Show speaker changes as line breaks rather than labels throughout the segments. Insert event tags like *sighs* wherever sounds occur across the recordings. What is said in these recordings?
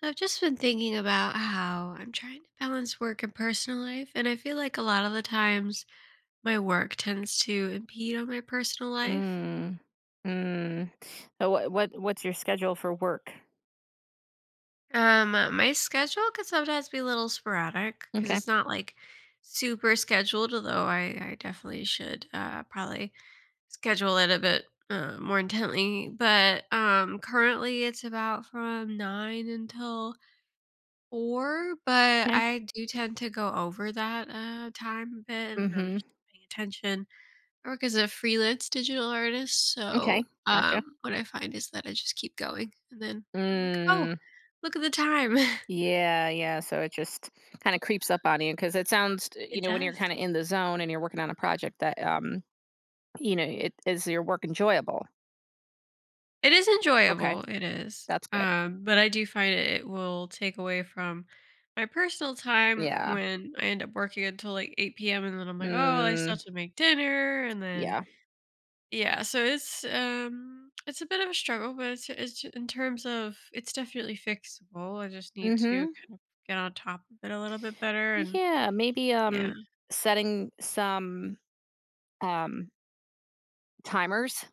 So I've just been thinking about how I'm trying to balance work and personal life, and I feel like a lot of the times my work tends to impede on my personal life.
Mm, mm. So what what's your schedule for work?
My schedule can sometimes be a little sporadic because
Okay.
it's not like super scheduled, although I definitely should probably schedule it a bit more intently. But currently it's about from 9 until 4, but
Okay.
I do tend to go over that time a bit, and I'm
Mhm.
just not paying attention. I work as a freelance digital artist,
Okay.
so,
Gotcha.
what I find is that I just keep going, and then I'm like, "Oh,
Mm.
look at the time." *laughs*
Yeah, yeah. So it just kind of creeps up on you because it sounds, you
It
know, when you're
does.
kind of in the zone and you're working on a project that, you know, it is your work enjoyable.
It is
Okay,
enjoyable, it is,
that's good.
but I do find it will take away from my personal time
Yeah.
when I end up working until, like, 8 p.m., and then I'm like, "Oh, I still
Mm,
have to make dinner," and then,
yeah.
yeah, so it's a bit of a struggle, but in terms of it's definitely fixable. I just need to
Mm-hmm.
kind of get on top of it a little bit better and
Yeah. Maybe
yeah.
setting some um timers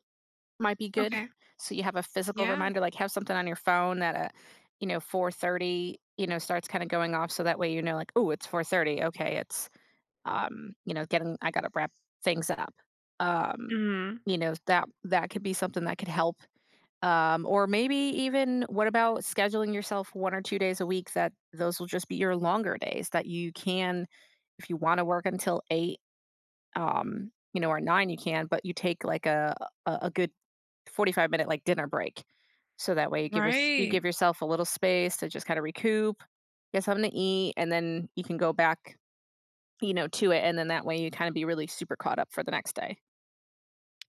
might be good.
Okay.
So you have a physical
Yeah.
reminder, like have something on your phone that at, you know, 4:30, you know, starts kinda going off so that way you know, like, oh, it's 4:30. Okay, it's, you know, getting I gotta wrap things up. Um,
Hmm.
you know, that could be something that could help. Or maybe even what about scheduling yourself 1 or 2 days a week that those will just be your longer days that you can if you wanna work until 8, you know, or 9, you can, but you take like a good 45-minute like dinner break. So that way you give your, you
Right.
give yourself a little space to just kind of recoup, get something to eat, and then you can go back, you know, to it. And then that way you kind of be really super caught up for the next day.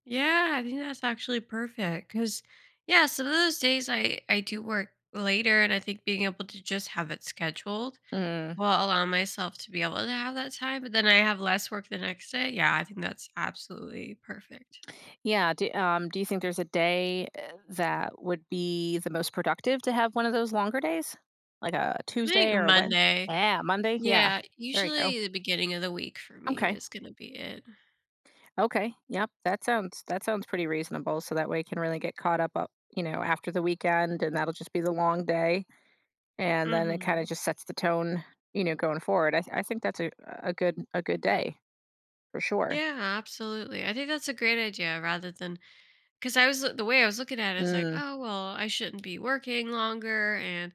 Yeah, I think that's actually perfect because, yeah, some of those days I do work later, and I think being able to just have it scheduled
Mm.
will allow myself to be able to have that time. But then I have less work the next day. Yeah, I think that's absolutely perfect.
Yeah. Do, do you think there's a day that would be the most productive to have one of those longer days? Like a
I think
Tuesday or a Wednesday?
Monday.
Yeah, Monday. Yeah.
Yeah,
There you go.
usually the beginning of the week for me
Okay.
is gonna be it.
Okay. Yep. That sounds pretty reasonable. So that way you can really get caught up you know, after the weekend, and that'll just be the long day, and then it kind of
Mhm.
just sets the tone, you know, going forward. I think that's a good day for sure.
Yeah, absolutely. I think that's a great idea rather than because the way I was looking at it is like,
Mm.
oh, well, I shouldn't be working longer, and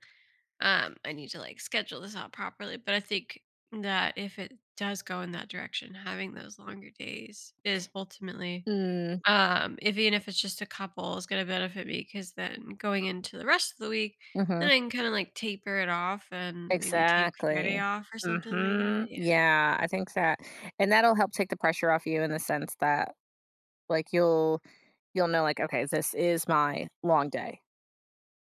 I need to like schedule this out properly. But I think that if it does go in that direction, having those longer days is ultimately.
Mm.
If even if it's just a couple is gonna benefit me because then going into the rest of the week,
Mm-hmm.
then I can kinda, like, taper it off and maybe take Friday
Exactly.
off or something like that,
Mm-hmm.
yeah.
Yeah, I think that, and that'll help take the pressure off you in the sense that like you'll know like okay, this is my long day.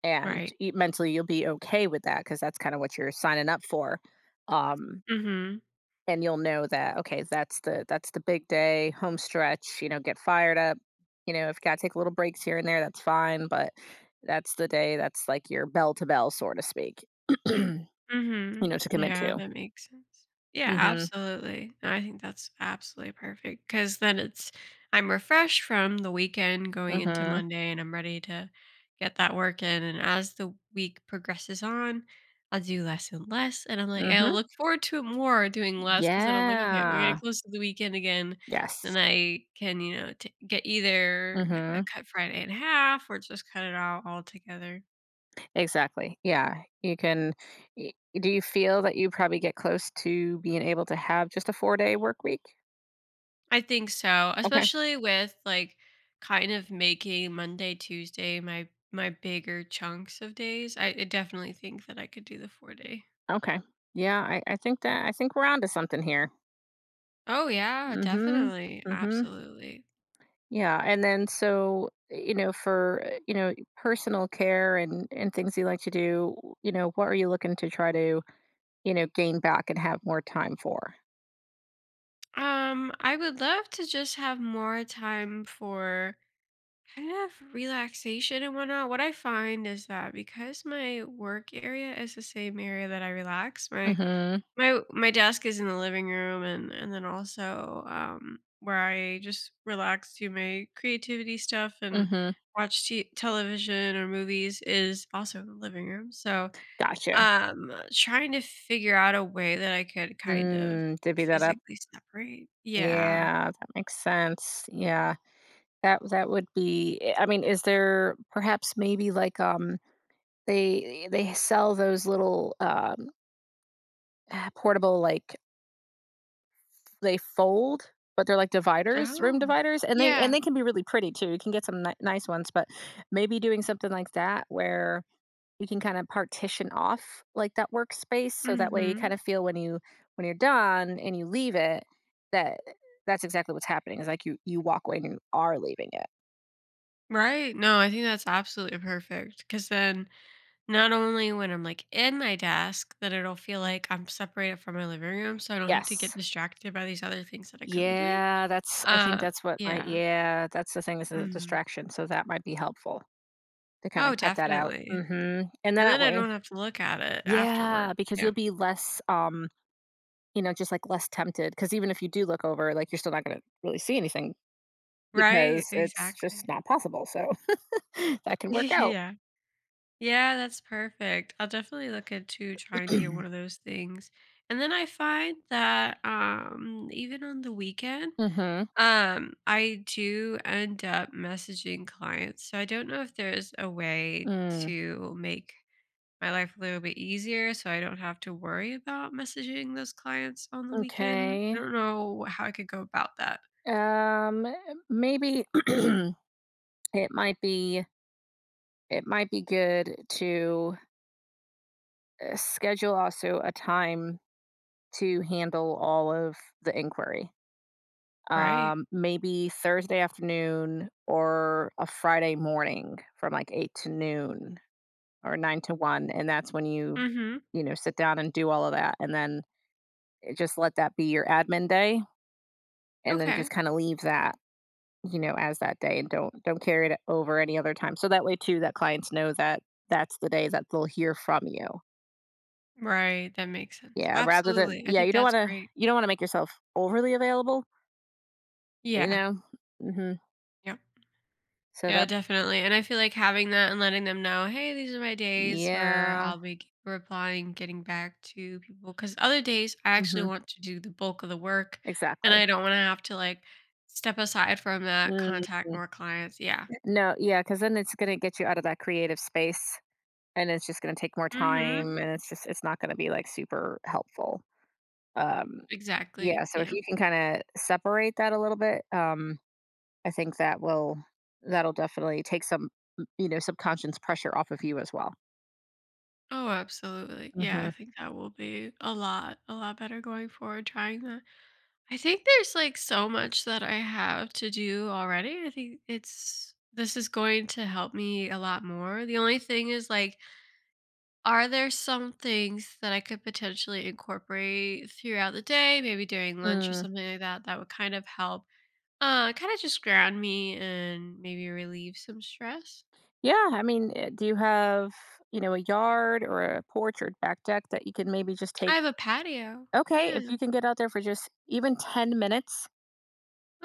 And
Right.
e mentally, you'll be okay with that because that's kinda what you're signing up for, um,
Mhm.
and you'll know that, okay, that's the big day, home stretch, you know, get fired up, you know, if you gotta take little breaks here and there, that's fine, but that's the day that's, like, your bell to bell, so to speak, *clears throat* you
Mhm.
know, to commit
Yeah,
to.
that makes sense. Yeah,
Mhm,
absolutely. No, I think that's absolutely perfect. Cause then it's I'm refreshed from the weekend going into
mhm,
Monday, and I'm ready to get that work in, and as the week progresses on, I'll do less and less, and I'm like I'll
mhm.
look forward to it more doing less. Cause then I'm like, "Okay, we're getting
Yeah.
close to the weekend again."
Yes.
Then I can, you know, t get either
Mhm.
cut Friday in half or just cut it out altogether.
Exactly. Yeah. You can y do you feel that you probably get close to being able to have just a 4-day work week?
I think so,
Okay.
especially with like kind of making Monday, Tuesday my bigger chunks of days. I definitely think that I could do the 4 day.
Okay. Yeah, I think that I think we're onto something here.
Oh yeah,
Mhm.
definitely.
Mhm.
Absolutely.
Yeah, and then so, you know, for, you know, personal care and things you like to do, you know, what are you looking to try to, you know, gain back and have more time for?
I would love to just have more time for kind of relaxation and whatnot. What I find is that because my work area is the same area that I relax, my
Mhm.
My my desk is in the living room and then also, where I just relax, do my creativity stuff and
Mhm.
watch t television or movies is also in the living room, so,
Gotcha.
trying to figure out a way that I could kind of
Mm, divvy that up.
physically separate. Yeah.
Yeah, that makes sense. Yeah. That that would be I mean, is there perhaps maybe like they they sell those little *sighs* portable like they fold, but they're like dividers, room
Oh.
dividers and
Yeah.
they can be really pretty too. You can get some nice ones, but maybe doing something like that where you can kind of partition off like that workspace so that way you kind
Mhm.
of feel when you when you're done and you leave it that that's exactly what's happening is like you walk away and you are leaving it
Right, no, I think that's absolutely perfect. Cause then not only when I'm, like, in my desk, that it'll feel like I'm separated from my living room, so I don't have to
yes
get distracted by these other things that I could be doing.
yeah that's I think
Uh,
that's what my
yeah.
yeah that's the thing this is a
Mhm.
distraction so that might be helpful to kind of
Oh,
cut that out
definitely.
hmm and then
And
that
then I don't
way
have to look at it after
yeah
work.
because
Yeah.
you'll be less you know just like less tempted because even if you do look over like you're still not going to really see anything because
Right,
it's just
exactly.
not possible so *laughs* that can work
*laughs*
out.
Yeah. Yeah, that's perfect. I'll definitely look into trying to get one of
*clears throat*
those things. And then I find that, even on the weekend.
Mhm.
I do end up messaging clients, so I don't know if there's a way
Mm,
to make my life a little bit easier so I don't have to worry about messaging those clients on the weekend. I
okay.
don't know how I could go about that.
Um, eh, maybe *clears throat* might be it might be good to, schedule also a time to handle all of the inquiry.
Right.
Maybe Thursday afternoon or a Friday morning from, like, 8 to noon or 9 to 1, and that's when you,
Mhm.
you know, sit down and do all of that, and then, just let that be your admin day, and then just
Okay.
kinda leave that. You know, as that day and don't carry it over any other time. So that way too that clients know that that's the day that they'll hear from you.
Right, that makes sense.
Yeah, rather than
Absolutely. I
yeah,
think
you don't
that's
wanna
great.
you don't wanna make yourself overly available, you
Yeah.
know? Mhm.
Yep.
So
Yeah,
that
definitely. And I feel like having that and letting them know, hey, these are my days where
yeah.
I'll be replying, getting back to people. Because other days, I actually
Mhm.
want to do the bulk of the work and
Exactly.
I don't want to have to like step aside from that,
Mhm.
contact more clients. Yeah.
No, yeah, because then it's gonna get you out of that creative space and it's just gonna take more
Mm-hmm.
time and it's just it's not gonna be like super helpful. Um,
Exactly.
yeah, so if
Yeah.
you can kinda separate that a little bit, I think that'll definitely take some, you know, subconscious pressure off of you as well.
Oh, absolutely. Yeah.
Mm-hmm.
I think that will be a lot better going forward trying that. I think there's like so much that I have to do already. I think it's this is going to help me a lot more. The only thing is like are there some things that I could potentially incorporate throughout the day, maybe during lunch or
Mm.
something like that that would kind of help kind of just ground me and maybe relieve some stress?
Yeah, I mean, do you have, you know, a yard or a porch or back deck that you can maybe just take?
I have a patio.
Okay, if
Yeah.
you can get out there for just even 10 minutes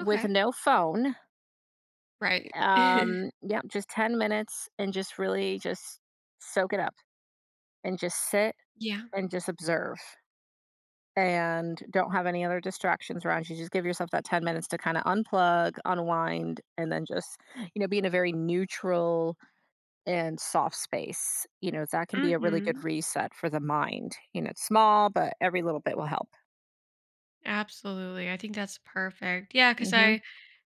with no phone,
Right. *laughs*
yeah, just 10 minutes and just really just soak it up and just sit
Yeah.
and just observe. And don't have any other distractions around you. Just give yourself that 10 minutes to kind of unplug, unwind, and then just, you know, be in a very neutral and soft space. You know, that can be a really good
Mhm.
reset for the mind. You know, it's small, but every little bit will help.
Absolutely. I think that's perfect. Yeah, because
Mm-hmm.
I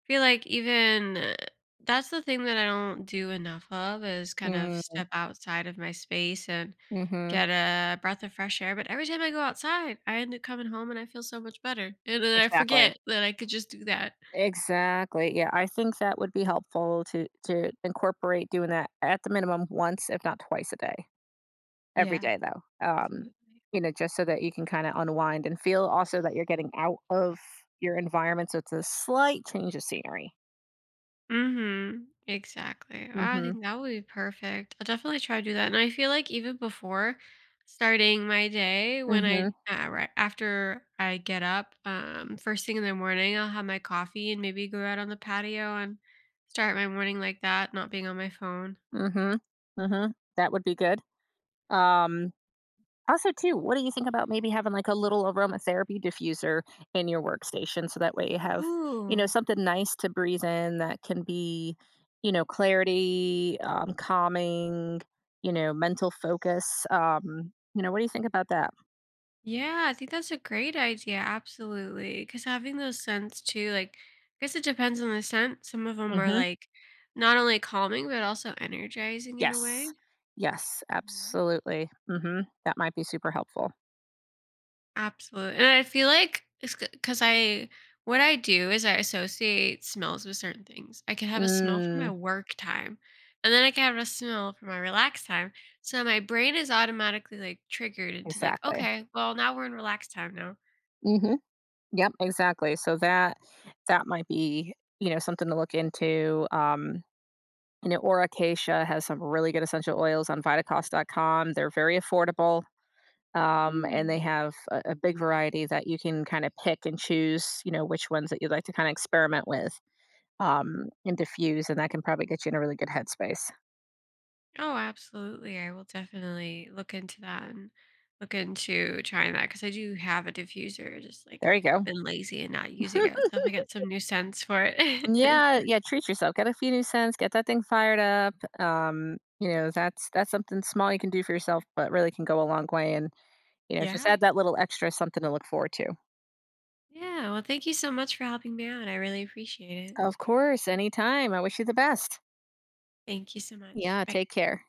feel like even that's the thing that I don't do enough of is kind of
Mm,
step outside of my space and
mm-hmm.
get a breath of fresh air. But every time I go outside, I end up coming home and I feel so much better. And then I
Exactly.
forget that I could just do that.
Exactly. Yeah, I think that would be helpful to incorporate doing that at the minimum once, if not twice a day. Every
Yeah.
day though,
Absolutely.
you know, just so that you can kinda unwind and feel also that you're getting out of your environment, so it's a slight change of scenery.
Mhm. Exactly. Wow, I
Mhm,
think that would be perfect. I'll definitely try to do that. And I feel like even before starting my day, when
mhm,
I right after I get up, first thing in the morning, I'll have my coffee and maybe go out on the patio and start my morning like that, not being on my phone.
mhm, mhm. That would be good. Um, also too, what do you think about maybe having, like, a little aromatherapy diffuser in your workstation so that way you have, you know,
Ooh.
something nice to breathe in that can be, you know, clarity, calming, you know, mental focus, you know, what do you think about that?
Yeah, I think that's a great idea. Absolutely. Because having those scents too, like, I guess it depends on the scent. Some of them are
Mhm.
like not only calming, but also energizing in a
Yes.
way.
Yes,
Mhm.
absolutely. Mhm. That might be super helpful.
Absolutely. And I feel like it's because what I do is I associate smells with certain things. I can have a smell for my
Mm,
work time, and then I can have a smell for my relaxed time. So my brain is automatically like triggered into like,
exactly.
okay, well, now we're in relaxed time now.
Mhm. Yep, exactly. So that that might be, you know, something to look into. You know, Aura Acacia has some really good essential oils on vitacost.com. They're very affordable. And
Mm.
they have a big variety that you can kind of pick and choose, you know, which ones that you'd like to kind of experiment with and diffuse. And that can probably get you in a really good headspace.
Oh, absolutely. I will definitely look into that and look into trying that because I do have a diffuser, just like
There you go.
been lazy and not using it. So if I get some new sense for it. *laughs*
Yeah, yeah, treat yourself. Get a few new scents, get that thing fired up. You know, that's something small you can do for yourself, but really can go a long way and, you know, just
Yeah.
add that little extra something to look forward to.
Yeah. Well, thank you so much for helping me out. I really appreciate it.
Of course, anytime. I wish you the best.
Thank you so much.
Yeah,
Bye.
take care.